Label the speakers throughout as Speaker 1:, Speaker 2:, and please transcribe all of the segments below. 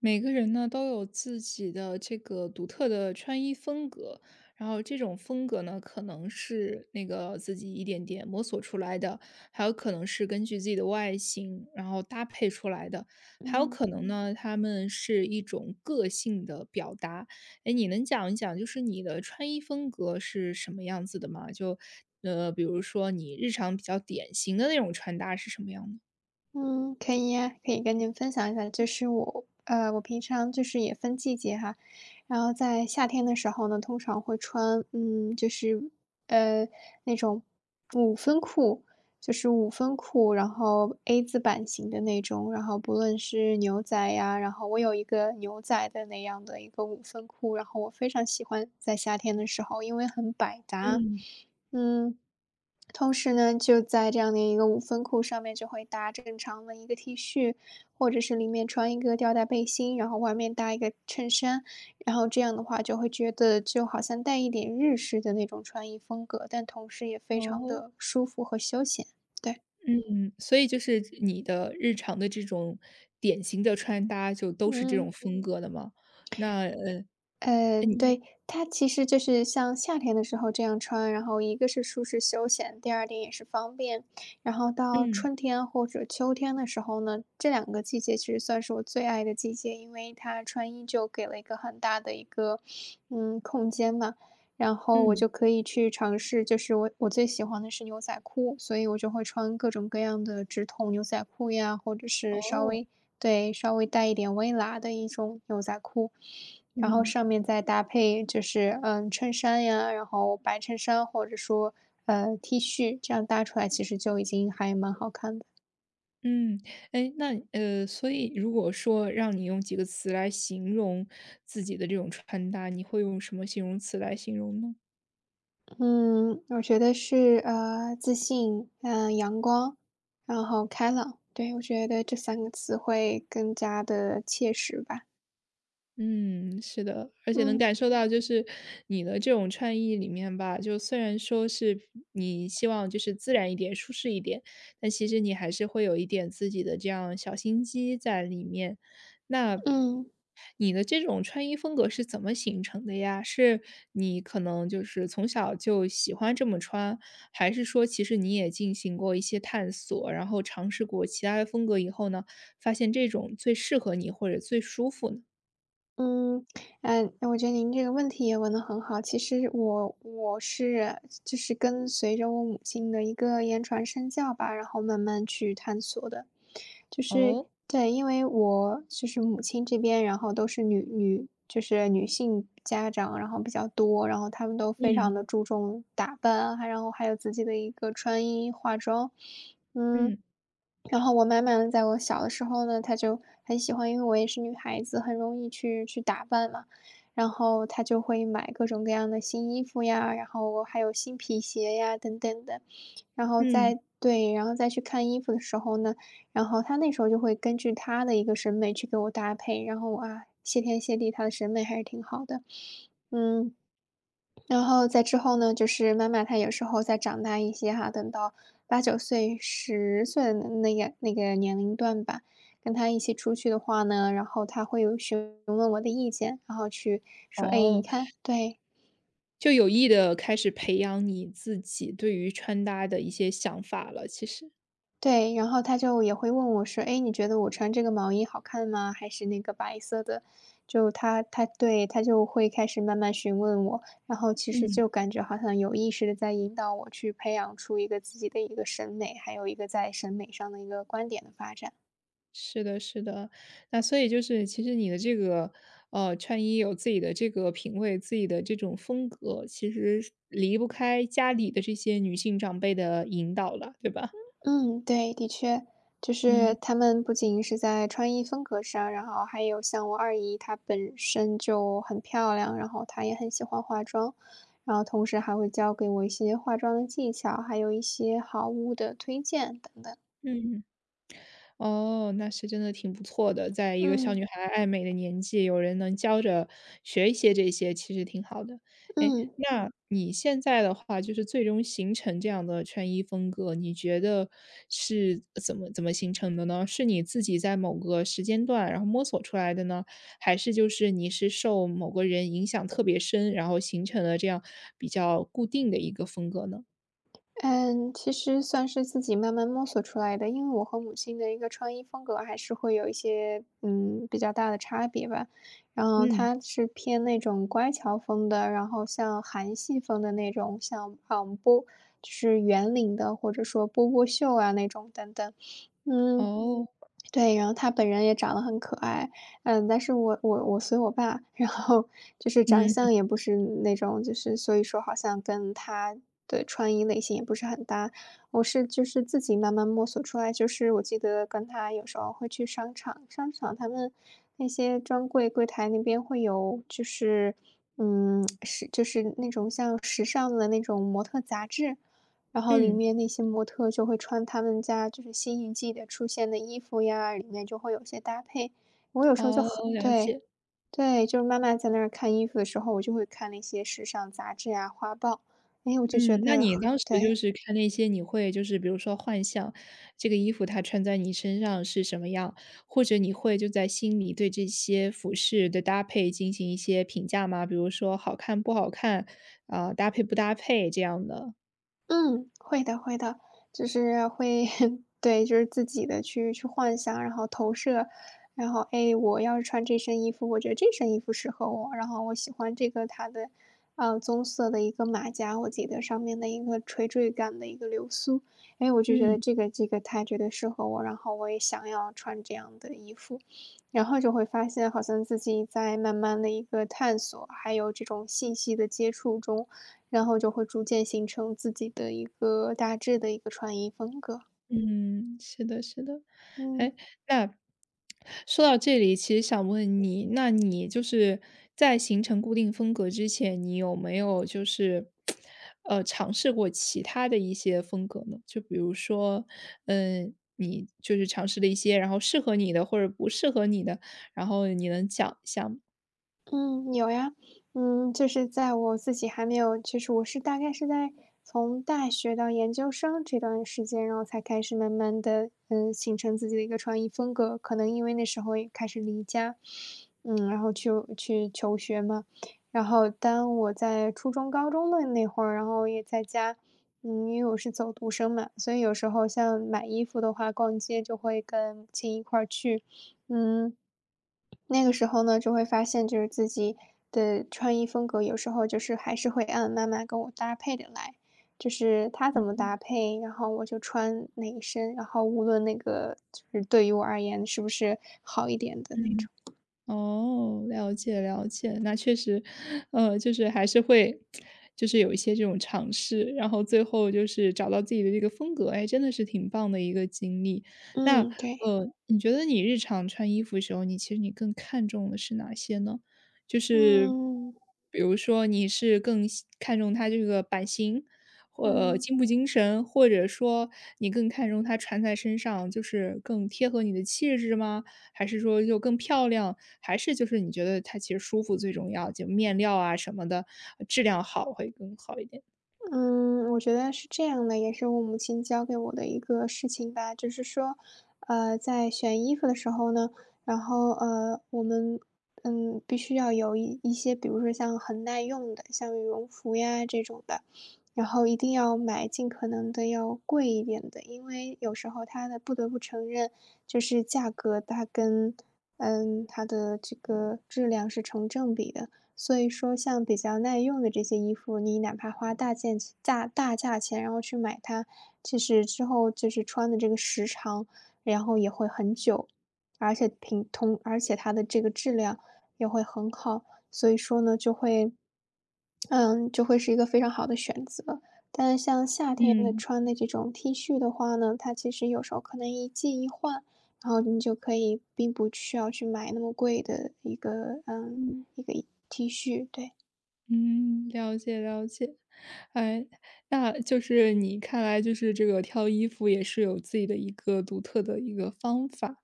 Speaker 1: 每个人呢都有自己的这个独特的穿衣风格，然后这种风格呢，可能是那个自己一点点摸索出来的，还有可能是根据自己的外形然后搭配出来的，还有
Speaker 2: 嗯
Speaker 1: 可能呢，他们是一种个性的表达。哎，你能讲一讲就是你的穿衣风格是什么样子的吗？比如说你日常比较典型的那种穿搭是什么样的？
Speaker 2: 嗯，可以呀，可以跟您分享一下，就是我平常就是也分季节哈。然后在夏天的时候呢，通常会穿，就是，呃，那种五分裤，就是五分裤，然后 A 字版型的那种，然后不论是牛仔呀，然后我有一个牛仔的那样的一个五分裤，然后我非常喜欢在夏天的时候，因为很百搭。
Speaker 1: 嗯，
Speaker 2: 嗯。同时呢，就在这样的一个五分裤上面就会搭正常的一个 T 恤，或者是里面穿一个吊带背心，然后外面搭一个衬衫，然后这样的话就会觉得就好像带一点日式的那种穿衣风格，但同时也非常
Speaker 1: 哦，
Speaker 2: 的舒服和休闲。对，
Speaker 1: 嗯，所以就是你的日常的这种典型的穿搭就都是这种
Speaker 2: 嗯。
Speaker 1: 风格的吗？那
Speaker 2: 对，它其实就是像夏天的时候这样穿，然后一个是舒适休闲，第二点也是方便。然后到
Speaker 1: 嗯
Speaker 2: 春天或者秋天的时候呢，这两个季节其实算是我最爱的季节，因为它穿衣就给了一个很大的一个，空间嘛。然后我
Speaker 1: 嗯，
Speaker 2: 就可以去尝试，就是我最喜欢的是牛仔裤，所以我就会穿各种各样的直筒牛仔裤呀，或者是
Speaker 1: 哦，
Speaker 2: 对，稍微带一点微喇的一种牛仔裤。然后
Speaker 1: 嗯
Speaker 2: 上面再搭配就是，衬衫呀，然后白衬衫或者说，T 恤，这样搭出来其实就已经还蛮好看的。
Speaker 1: 嗯，哎，那所以如果说让你用几个词来形容自己的这种穿搭，你会用什么形容词来形容呢？
Speaker 2: 嗯，我觉得是，自信，阳光，然后开朗。对，我觉得这三个词会更加的切实吧。
Speaker 1: 嗯，是的，而且能
Speaker 2: 嗯，
Speaker 1: 感受到就是你的这种穿衣里面吧，就虽然说是你希望就是自然一点、舒适一点，但其实你还是会有一点自己的这样小心机在里面。那
Speaker 2: 嗯。
Speaker 1: 你的这种穿衣风格是怎么形成的呀？是你可能就是从小就喜欢这么穿，还是说其实你也进行过一些探索，然后尝试过其他的风格以后呢，发现这种最适合你或者最舒服呢？
Speaker 2: 嗯，我觉得您这个问题也问得很好。其实我是就是跟随着我母亲的一个言传身教吧，然后慢慢去探索的。就是，
Speaker 1: 哦，
Speaker 2: 对，因为我就是母亲这边，然后都是女就是女性家长，然后比较多，然后她们都非
Speaker 1: 嗯
Speaker 2: 常的注重打扮啊，然后还有自己的一个穿衣化妆。嗯，
Speaker 1: 嗯
Speaker 2: 然后我妈妈在我小的时候呢，她就很喜欢因为我也是女孩子，很容易去打扮嘛，然后她就会买各种各样的新衣服呀，然后还有新皮鞋呀等等的。然后
Speaker 1: 嗯，
Speaker 2: 对，然后再去看衣服的时候呢，然后他那时候就会根据他的一个审美去给我搭配。然后啊，谢天谢地，他的审美还是挺好的。嗯，然后在之后呢，就是妈妈她有时候再长大一些哈，等到八九岁、10岁的那个年龄段吧，跟他一起出去的话呢，然后他会有询问我的意见，然后去说："哎，你
Speaker 1: 哦，
Speaker 2: 看。"对，
Speaker 1: 就有意的开始培养你自己对于穿搭的一些想法了，其实。
Speaker 2: 对，然后他就也会问我说："哎，你觉得我穿这个毛衣好看吗？还是那个白色的？"就他对，他就会开始慢慢询问我，然后其实
Speaker 1: 嗯，
Speaker 2: 就感觉好像有意识的在引导我去培养出一个自己的一个审美，还有一个在审美上的一个观点的发展。
Speaker 1: 是的是的。那所以就是其实你的这个，穿衣有自己的这个品味，自己的这种风格，其实是离不开家里的这些女性长辈的引导了，对吧？
Speaker 2: 嗯，对，的确，就是
Speaker 1: 嗯
Speaker 2: 他们不仅是在穿衣风格上，然后还有像我二姨，她本身就很漂亮，然后她也很喜欢化妆，然后同时还会教给我一些化妆的技巧，还有一些好物的推荐等等。
Speaker 1: 嗯。哦，那是真的挺不错的，在一个小
Speaker 2: 嗯
Speaker 1: 女孩爱美的年纪，有人能教着学一些这些，其实挺好的。哎，
Speaker 2: 嗯。
Speaker 1: 那你现在的话，就是最终形成这样的穿衣风格，你觉得是怎么怎么形成的呢？是你自己在某个时间段，然后摸索出来的呢？还是就是你是受某个人影响特别深，然后形成了这样比较固定的一个风格呢？
Speaker 2: 嗯，其实算是自己慢慢摸索出来的，因为我和母亲的一个穿衣风格还是会有一些，比较大的差别吧。然后
Speaker 1: 嗯，
Speaker 2: 她是偏那种乖巧风的，然后像韩系风的那种，像就是圆领的，或者说波波袖啊那种等等。嗯，
Speaker 1: 哦，
Speaker 2: 对，然后他本人也长得很可爱。但是我随我爸，然后就是长
Speaker 1: 嗯
Speaker 2: 相也不是那种，就是所以说好像跟他的穿衣类型也不是很搭。我是就是自己慢慢摸索出来，就是我记得跟他有时候会去商场，商场他们那些专柜柜台那边会有就是，就是那种像时尚的那种模特杂志，然后
Speaker 1: 嗯，
Speaker 2: 里
Speaker 1: 嗯
Speaker 2: 面那些模特就会穿他们家就是新一季的出现的衣服呀，里面就会有些搭配。我有时候就
Speaker 1: 哦，了
Speaker 2: 对，
Speaker 1: 解。
Speaker 2: 对，就是妈妈在那儿看衣服的时候，我就会看那些时尚杂志啊、画报，哎，我就觉
Speaker 1: 嗯，那
Speaker 2: 得
Speaker 1: 你
Speaker 2: 很
Speaker 1: 当时就
Speaker 2: 对。
Speaker 1: 是看那些，你会就是比如说幻想这个衣服它穿在你身上是什么样，或者你会就在心里对这些服饰的搭配进行一些评价吗？比如说好看不好看，啊、搭配不搭配这样的。
Speaker 2: 嗯，会的会的，就是会 对，就是自己的去幻想，然后投射，然后哎，诶我要是穿这身衣服，我觉得这身衣服适合我，然后我喜欢这个它的，棕色的一个马甲，我记得上面的一个垂坠感的一个流苏，哎，我就觉得
Speaker 1: 嗯
Speaker 2: 这个它绝对适合我，然后我也想要穿这样的衣服，然后就会发现好像自己在慢慢的一个探索，还有这种信息的接触中。然后就会逐渐形成自己的一个大致的一个穿衣风格。
Speaker 1: 嗯，是的，是的。
Speaker 2: 嗯。
Speaker 1: 哎，那说到这里，其实想问你，那你就是在形成固定风格之前，你有没有就是，尝试过其他的一些风格呢？就比如说，嗯，你就是尝试了一些，然后适合你的或者不适合你的，然后你能讲一下吗？
Speaker 2: 嗯，有呀。就是在我自己还没有，其实我是大概是在从大学到研究生这段时间，然后才开始慢慢的，形成自己的一个穿衣风格。可能因为那时候也开始离家，然后去求学嘛。然后当我在初中、高中的那会儿，然后也在家，因为我是走读生嘛，所以有时候像买衣服的话，逛街就会跟母亲一块儿去。嗯，那个时候呢，就会发现就是自己的穿衣风格，有时候就是还是会按妈妈跟我搭配的来，就是她怎么搭配，然后我就穿哪一身，然后无论那个就是对于我而言是不是好一点的那种。
Speaker 1: 哦，了解了解，那确实，就是还是会，就是有一些这种尝试，然后最后就是找到自己的这个风格，哎，真的是挺棒的一个经历。那
Speaker 2: 嗯，对，
Speaker 1: 你觉得你日常穿衣服的时候，你其实你更看重的是哪些呢？就是
Speaker 2: 嗯
Speaker 1: 比如说你是更喜看重它这个版型，或
Speaker 2: 嗯。
Speaker 1: 精不精神，或者说你更看重它穿在身上，就是更贴合你的气质吗？还是说就更漂亮？还是就是你觉得它其实舒服最重要，就面料啊什么的，质量好会更好一点？
Speaker 2: 嗯，我觉得是这样的，也是我母亲教给我的一个事情吧，就是说，在选衣服的时候呢，然后我们必须要有一些，比如说像很耐用的，像羽绒服呀这种的，然后一定要买尽可能的要贵一点的，因为有时候它的不得不承认，就是价格它跟它的这个质量是成正比的。所以说像比较耐用的这些衣服，你哪怕花大价钱，然后去买它，其实之后就是穿的这个时长，然后也会很久，而且而且它的这个质量也会很好，所以说呢，就会，就会是一个非常好的选择。但是像夏天的
Speaker 1: 嗯，
Speaker 2: 穿的这种 T 恤的话呢，它其实有时候可能一季一换，然后你就可以并不需要去买那么贵的
Speaker 1: 嗯。
Speaker 2: 一个 T 恤。对，
Speaker 1: 嗯，了解了解。哎，那就是你看来就是这个挑衣服也是有自己的一个独特的一个方法。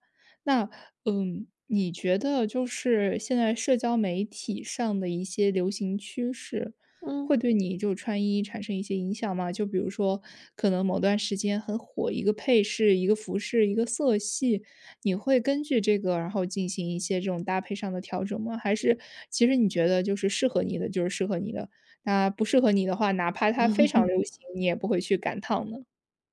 Speaker 1: 那，嗯，你觉得就是现在社交媒体上的一些流行趋势，
Speaker 2: 嗯，
Speaker 1: 会对你就穿衣产生一些影响吗？就比如说，可能某段时间很火一个配饰、一个服饰、一个色系，你会根据这个，然后进行一些这种搭配上的调整吗？还是其实你觉得就是适合你的就是适合你的，那不适合你的话，哪怕它非常流行，你也不会去赶趟呢？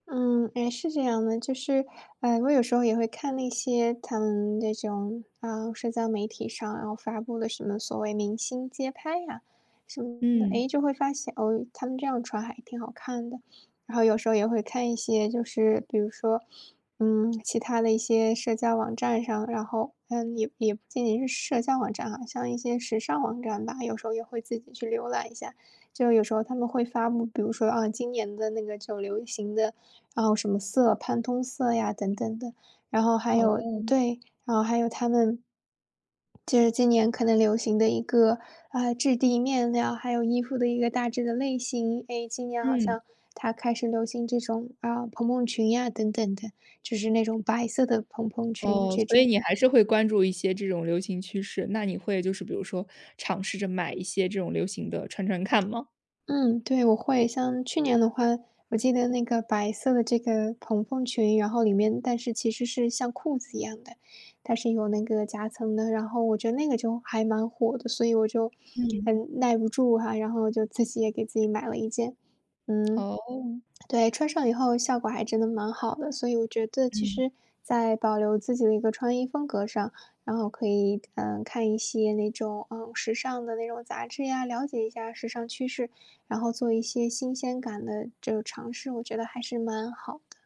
Speaker 2: 嗯，哎，是这样的，就是，我有时候也会看那些他们那种，社交媒体上，然后发布的什么所谓明星街拍呀什么的，
Speaker 1: 嗯，
Speaker 2: 哎，就会发现，哦，他们这样穿还挺好看的。然后有时候也会看一些就是比如说，其他的一些社交网站上，然后，也不仅仅是社交网站啊，像一些时尚网站吧，有时候也会自己去浏览一下。就有时候他们会发布，比如说，今年的那个就流行的，然后什么色，潘通色呀等等的。然后还有
Speaker 1: 哦，
Speaker 2: 对，然后还有他们就是今年可能流行的一个，质地、面料，还有衣服的一个大致的类型。诶，今年好
Speaker 1: 嗯，
Speaker 2: 像它开始流行这种，蓬蓬裙呀等等的，就是那种白色的蓬蓬裙
Speaker 1: 哦，
Speaker 2: 这
Speaker 1: 所以
Speaker 2: 种。
Speaker 1: 你还是会关注一些这种流行趋势，那你会就是比如说尝试着买一些这种流行的穿穿看吗？
Speaker 2: 嗯，对，我会。像去年的话，我记得那个白色的这个蓬蓬裙，然后里面但是其实是像裤子一样的，它是有那个夹层的。然后我觉得那个就还蛮火的，所以我就，
Speaker 1: 嗯，
Speaker 2: 很耐不住哈，然后就自己也给自己买了一件。嗯。
Speaker 1: 哦，
Speaker 2: 对，穿上以后效果还真的蛮好的，所以我觉得其
Speaker 1: 嗯。
Speaker 2: 实在保留自己的一个穿衣风格上，然后可以，看一些那种，时尚的那种杂志呀，了解一下时尚趋势，然后做一些新鲜感的这种尝试，我觉得还是蛮好的，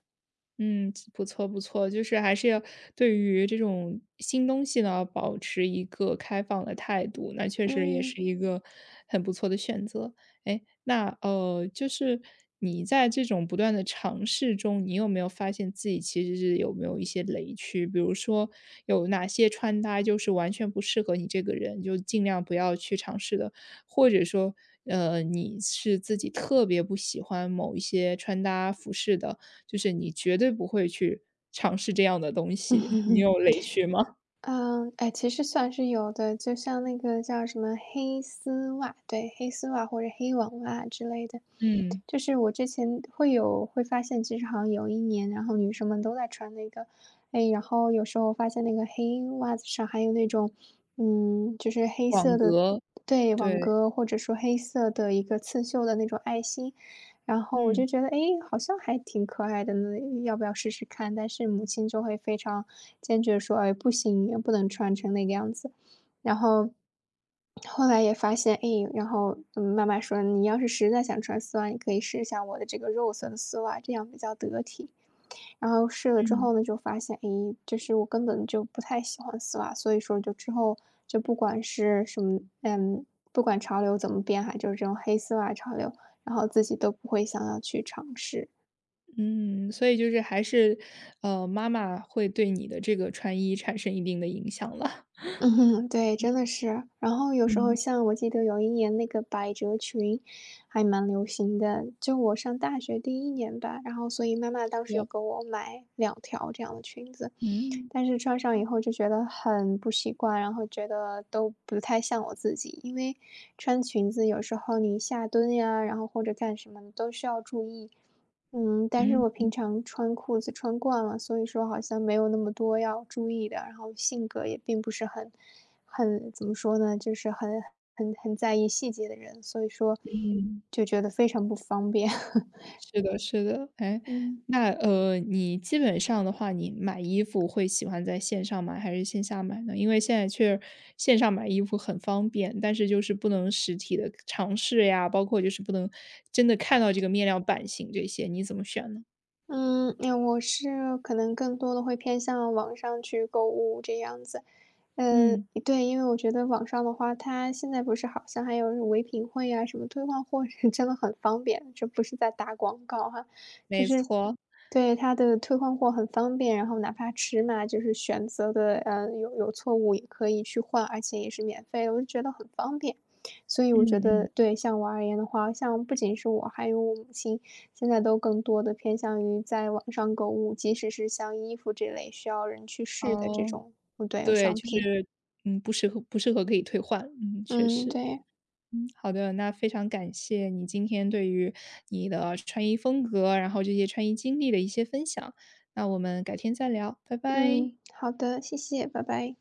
Speaker 1: 嗯，不错不错，就是还是要对于这种新东西呢，保持一个开放的态度，那确实也
Speaker 2: 嗯。
Speaker 1: 是一个很不错的选择。哎，那就是你在这种不断的尝试中，你有没有发现自己其实是有没有一些雷区？比如说有哪些穿搭就是完全不适合你这个人，就尽量不要去尝试的，或者说，你是自己特别不喜欢某一些穿搭服饰的。就是你绝对不会去尝试这样的东西，你有 雷区吗？
Speaker 2: 嗯，哎，其实算是有的，就像那个叫什么黑丝袜，对，黑丝袜或者黑网袜之类的，
Speaker 1: 嗯，
Speaker 2: 就是我之前会发现，其实好像有一年，然后女生们都在穿那个，哎，然后有时候发现那个黑袜子上还有那种，就是黑
Speaker 1: 网
Speaker 2: 色的，
Speaker 1: 格，
Speaker 2: 对，网
Speaker 1: 对，
Speaker 2: 格或者说黑色的一个刺绣的那种爱心，然后我
Speaker 1: 嗯，
Speaker 2: 就觉得，哎，好像还挺可爱的呢，要不要试试看？但是母亲就会非常坚决说：“哎，不行，不能穿成那个样子。”然后后来也发现，哎，然后，妈妈说：“你要是实在想穿丝袜，你可以试一下我的这个肉色的丝袜，这样比较得体。”然后试了之后
Speaker 1: 嗯，
Speaker 2: 呢，就发现，诶，就是我根本就不太喜欢丝袜，所以说就之后就不管是什么，不管潮流怎么变哈，就是这种黑丝袜潮流，然后自己都不会想要去尝试。
Speaker 1: 嗯，所以就是还是，妈妈会对你的这个穿衣产生一定的影响了。
Speaker 2: 嗯哼，对，真的是。然后有时候
Speaker 1: 嗯，
Speaker 2: 像我记得有一年那个百褶裙还蛮流行的，就我上大学第一年吧，然后所以妈妈当
Speaker 1: 对
Speaker 2: 时有
Speaker 1: 的，
Speaker 2: 给我买两条这样的裙子，
Speaker 1: 嗯，
Speaker 2: 但是穿上以后就觉得很不习惯，然后觉得都不太像我自己。因为穿裙子有时候你下蹲呀，然后或者干什么的都需要注意。嗯，但是我
Speaker 1: 嗯
Speaker 2: 平常穿裤子穿惯了，所以说好像没有那么多要注意的。然后性格也并不是很怎么说呢，就是很在意细节的人，所以说
Speaker 1: 嗯。
Speaker 2: 就觉得非常不方便。
Speaker 1: 是的，是的，哎，
Speaker 2: 嗯。
Speaker 1: 那你基本上的话，你买衣服会喜欢在线上买还是线下买呢？因为现在线上买衣服很方便，但是就是不能实体的尝试呀，包括就是不能真的看到这个面料、版型这些，你怎么选呢？
Speaker 2: 嗯，哎，我是可能更多的会偏向网上去购物这样子，嗯，
Speaker 1: 嗯，
Speaker 2: 对，因为我觉得网上的话，它现在不是好像还有那种唯品会啊，什么退换货是 真的很方便，这不是在打广告哈，就
Speaker 1: 没
Speaker 2: 是
Speaker 1: 错，
Speaker 2: 对它的退换货很方便，然后哪怕尺码就是选择的有错误也可以去换，而且也是免费的，我就觉得很方便。所以我觉
Speaker 1: 嗯嗯，
Speaker 2: 得对像我而言的话，像不仅是我，还有我母亲，现在都更多的偏向于在网上购物，即使是像衣服这类需要人去试的这
Speaker 1: 哦，
Speaker 2: 种，不对，
Speaker 1: 对，
Speaker 2: 商
Speaker 1: 就
Speaker 2: 品。
Speaker 1: 是不适合不适合可以退换，嗯，确
Speaker 2: 嗯，
Speaker 1: 实。
Speaker 2: 对，
Speaker 1: 嗯，好的，那非常感谢你今天对于你的穿衣风格，然后这些穿衣经历的一些分享，那我们改天再聊，拜拜。
Speaker 2: 嗯，好的，谢谢，拜拜。